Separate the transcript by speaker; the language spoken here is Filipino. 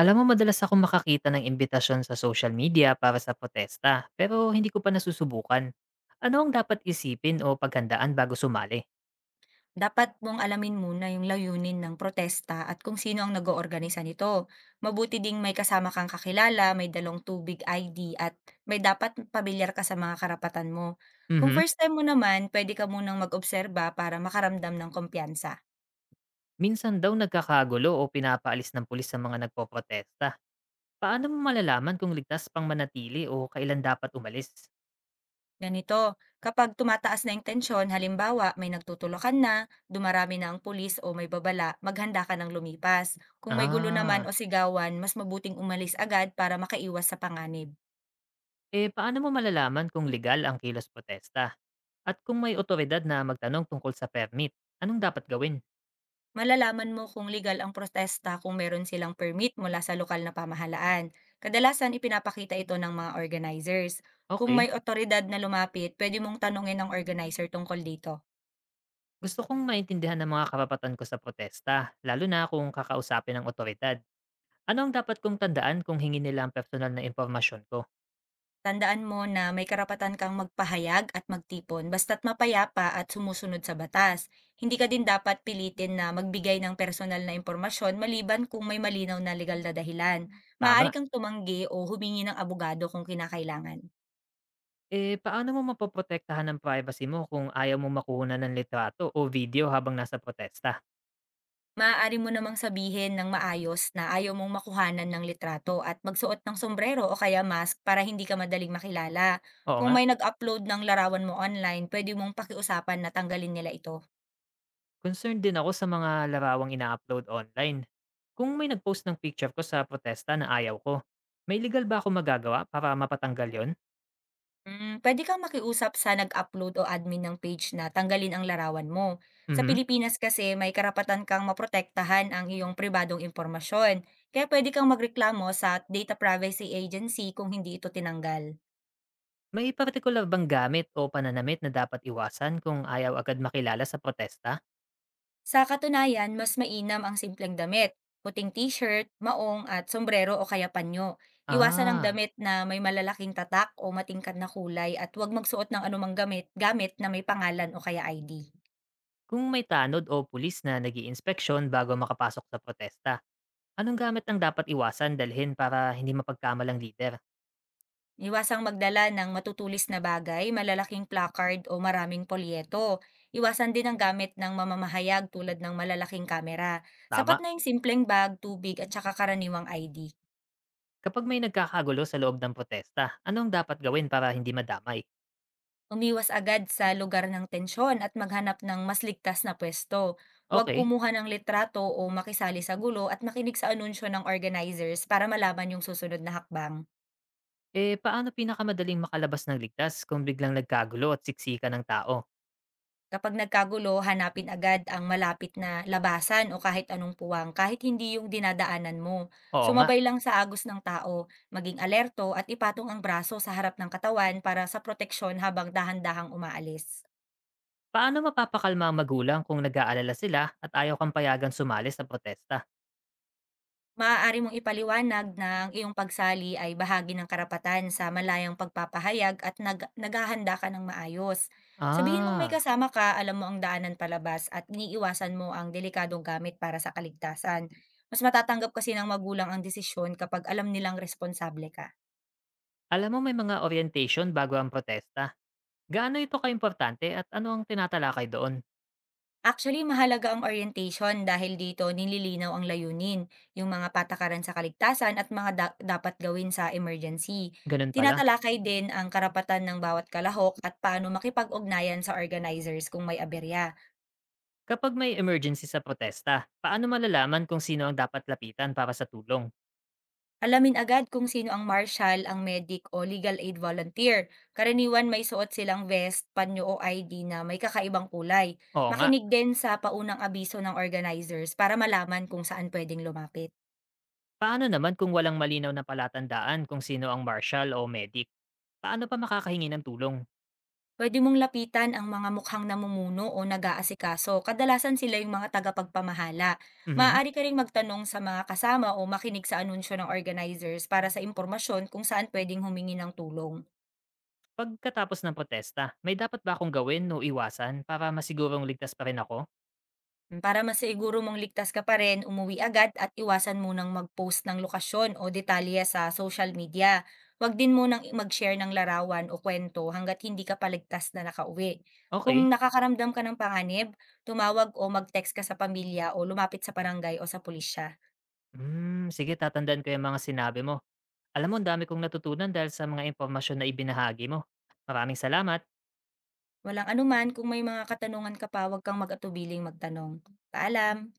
Speaker 1: Alam mo, madalas akong makakita ng imbitasyon sa social media para sa protesta, pero hindi ko pa nasusubukan. Ano ang dapat isipin o paghandaan bago sumali?
Speaker 2: Dapat mong alamin muna yung layunin ng protesta at kung sino ang nag-oorganisa nito. Mabuti ding may kasama kang kakilala, may dalong tubig ID at may dapat pamilyar ka sa mga karapatan mo. Kung
Speaker 1: Mhm.
Speaker 2: first time mo naman, pwede ka munang mag-obserba para makaramdam ng kumpiyansa.
Speaker 1: Minsan daw nagkakagulo o pinapaalis ng pulis sa mga nagpoprotesta. Paano mo malalaman kung ligtas pang manatili o kailan dapat umalis?
Speaker 2: Ganito, kapag tumataas na yung tensyon, halimbawa may nagtutulakan na, dumarami na ang pulis o may babala, maghanda ka ng lumipas. Kung may gulo naman
Speaker 1: Ah,
Speaker 2: o sigawan, mas mabuting umalis agad para makaiwas sa panganib.
Speaker 1: eh paano mo malalaman kung legal ang kilos protesta? At kung may otoridad na magtanong tungkol sa permit, anong dapat gawin?
Speaker 2: Malalaman mo kung legal ang protesta kung meron silang permit mula sa lokal na pamahalaan. Kadalasan ipinapakita ito ng mga organizers. Kung
Speaker 1: Okay.
Speaker 2: may otoridad na lumapit, pwede mong tanungin ang organizer tungkol dito.
Speaker 1: Gusto kong maintindihan ng mga karapatan ko sa protesta, lalo na kung kakausapin ng otoridad. Ano ang dapat kong tandaan kung hingi nila ang personal na impormasyon ko?
Speaker 2: Tandaan mo na may karapatan kang magpahayag at magtipon basta't mapayapa at sumusunod sa batas. Hindi ka din dapat pilitin na magbigay ng personal na impormasyon maliban kung may malinaw na legal na dahilan. Maaari
Speaker 1: Tama.
Speaker 2: kang tumanggi o humingi ng abogado kung kinakailangan.
Speaker 1: Eh, paano mo mapoprotektahan ang privacy mo kung ayaw mo makuha ng litrato o video habang nasa protesta?
Speaker 2: Maaari mo namang sabihin ng maayos na ayaw mong makuhanan ng litrato at magsuot ng sombrero o kaya mask para hindi ka madaling makilala.
Speaker 1: Oo
Speaker 2: Kung
Speaker 1: nga,
Speaker 2: may nag-upload ng larawan mo online, pwede mong pakiusapan na tanggalin nila ito.
Speaker 1: concerned din ako sa mga larawang ina-upload online. Kung may nagpost ng picture ko sa protesta na ayaw ko, may legal ba ako magagawa para mapatanggal yon?
Speaker 2: Pwede kang makiusap sa nag-upload o admin ng page na tanggalin ang larawan mo. Sa
Speaker 1: Mhm.
Speaker 2: Pilipinas kasi, may karapatan kang maprotektahan ang iyong pribadong impormasyon. Kaya pwede kang magreklamo sa Data Privacy Agency kung hindi ito tinanggal.
Speaker 1: May partikular bang gamit o pananamit na dapat iwasan kung ayaw agad makilala sa protesta?
Speaker 2: Sa katunayan, mas mainam ang simpleng damit, puting t-shirt, maong at sombrero o kaya panyo. Iwasan ang
Speaker 1: Ah,
Speaker 2: damit na may malalaking tatak o matingkad na kulay at huwag magsuot ng anumang gamit, gamit na may pangalan o kaya ID.
Speaker 1: kung may tanod o pulis na nag-iinspeksyon bago makapasok sa protesta, anong gamit ang dapat iwasan dalhin para hindi mapagkamalang leader?
Speaker 2: Iwasang magdala ng matutulis na bagay, malalaking placard o maraming polyeto. Iwasan din ang gamit ng mamamahayag tulad ng malalaking kamera. Sapat
Speaker 1: Tama.
Speaker 2: na yung simpleng bag, tubig at saka karaniwang ID.
Speaker 1: Kapag may nagkakagulo sa loob ng protesta, anong dapat gawin para hindi madamay?
Speaker 2: Umiwas agad sa lugar ng tensyon at maghanap ng mas ligtas na pwesto. Huwag
Speaker 1: Okay.
Speaker 2: kumuha ng litrato o makisali sa gulo at makinig sa anunsyo ng organizers para malaman yung susunod na hakbang.
Speaker 1: Eh, paano pinakamadaling makalabas ng ligtas kung biglang nagkagulo at siksika ng tao?
Speaker 2: Kapag nagkagulo, hanapin agad ang malapit na labasan o kahit anong puwang kahit hindi yung dinadaanan mo.
Speaker 1: Oo nga.
Speaker 2: Sumabay lang sa agos ng tao, maging alerto at ipatong ang braso sa harap ng katawan para sa proteksyon habang dahan-dahang umaalis.
Speaker 1: Paano mapapakalma ang magulang kung nag-aalala sila at ayaw kang payagan sumali sa protesta?
Speaker 2: Maaari mong ipaliwanag ng ang iyong pagsali ay bahagi ng karapatan sa malayang pagpapahayag at naghahanda ka ng maayos. Sabihin mong may
Speaker 1: Ah,
Speaker 2: kasama ka, alam mo ang daanan palabas at iniiwasan mo ang delikadong gamit para sa kaligtasan. Mas matatanggap kasi ng magulang ang desisyon kapag alam nilang responsable ka.
Speaker 1: alam mo may mga orientation bago ang protesta. Gaano ito kaimportante at ano ang tinatalakay doon?
Speaker 2: Actually, mahalaga ang orientation dahil dito nililinaw ang layunin, yung mga patakaran sa kaligtasan at mga dapat gawin sa emergency.
Speaker 1: Ganun pala.
Speaker 2: Tinatalakay din ang karapatan ng bawat kalahok at paano makipag-ugnayan sa organizers kung may aberya.
Speaker 1: Kapag may emergency sa protesta, paano malalaman kung sino ang dapat lapitan para sa tulong?
Speaker 2: Alamin agad kung sino ang marshal, ang medic o legal aid volunteer. Karaniwan may suot silang vest, panyo o ID na may kakaibang kulay.
Speaker 1: Oo nga,
Speaker 2: Makinig din sa paunang abiso ng organizers para malaman kung saan pwedeng lumapit.
Speaker 1: paano naman kung walang malinaw na palatandaan kung sino ang marshal o medic? Paano pa makakahingi ng tulong?
Speaker 2: Puwede mong lapitan ang mga mukhang namumuno o nag-aasikaso. Kadalasan sila yung mga tagapagpamahala.
Speaker 1: Mhm.
Speaker 2: Maaari ka ring magtanong sa mga kasama o makinig sa anunsyo ng organizers para sa impormasyon kung saan pwedeng humingi ng tulong.
Speaker 1: Pagkatapos ng protesta, may dapat ba akong gawin o iwasan para masigurong ligtas pa rin ako?
Speaker 2: Para masiguro mong ligtas ka pa rin, umuwi agad at iwasan munang mag-post ng lokasyon o detalye sa social media. Huwag din munang mag-share ng larawan o kwento hanggat hindi ka paligtas na nakauwi. Kung
Speaker 1: Okay.
Speaker 2: nakakaramdam ka ng panganib, tumawag o mag-text ka sa pamilya o lumapit sa barangay o sa pulisya.
Speaker 1: Hmm, sige, tatandaan ko yung mga sinabi mo. Alam mo, ang dami kong natutunan dahil sa mga impormasyon na ibinahagi mo. Maraming salamat.
Speaker 2: Walang anuman kung may mga katanungan ka pa, huwag kang mag-atubiling magtanong. Paalam!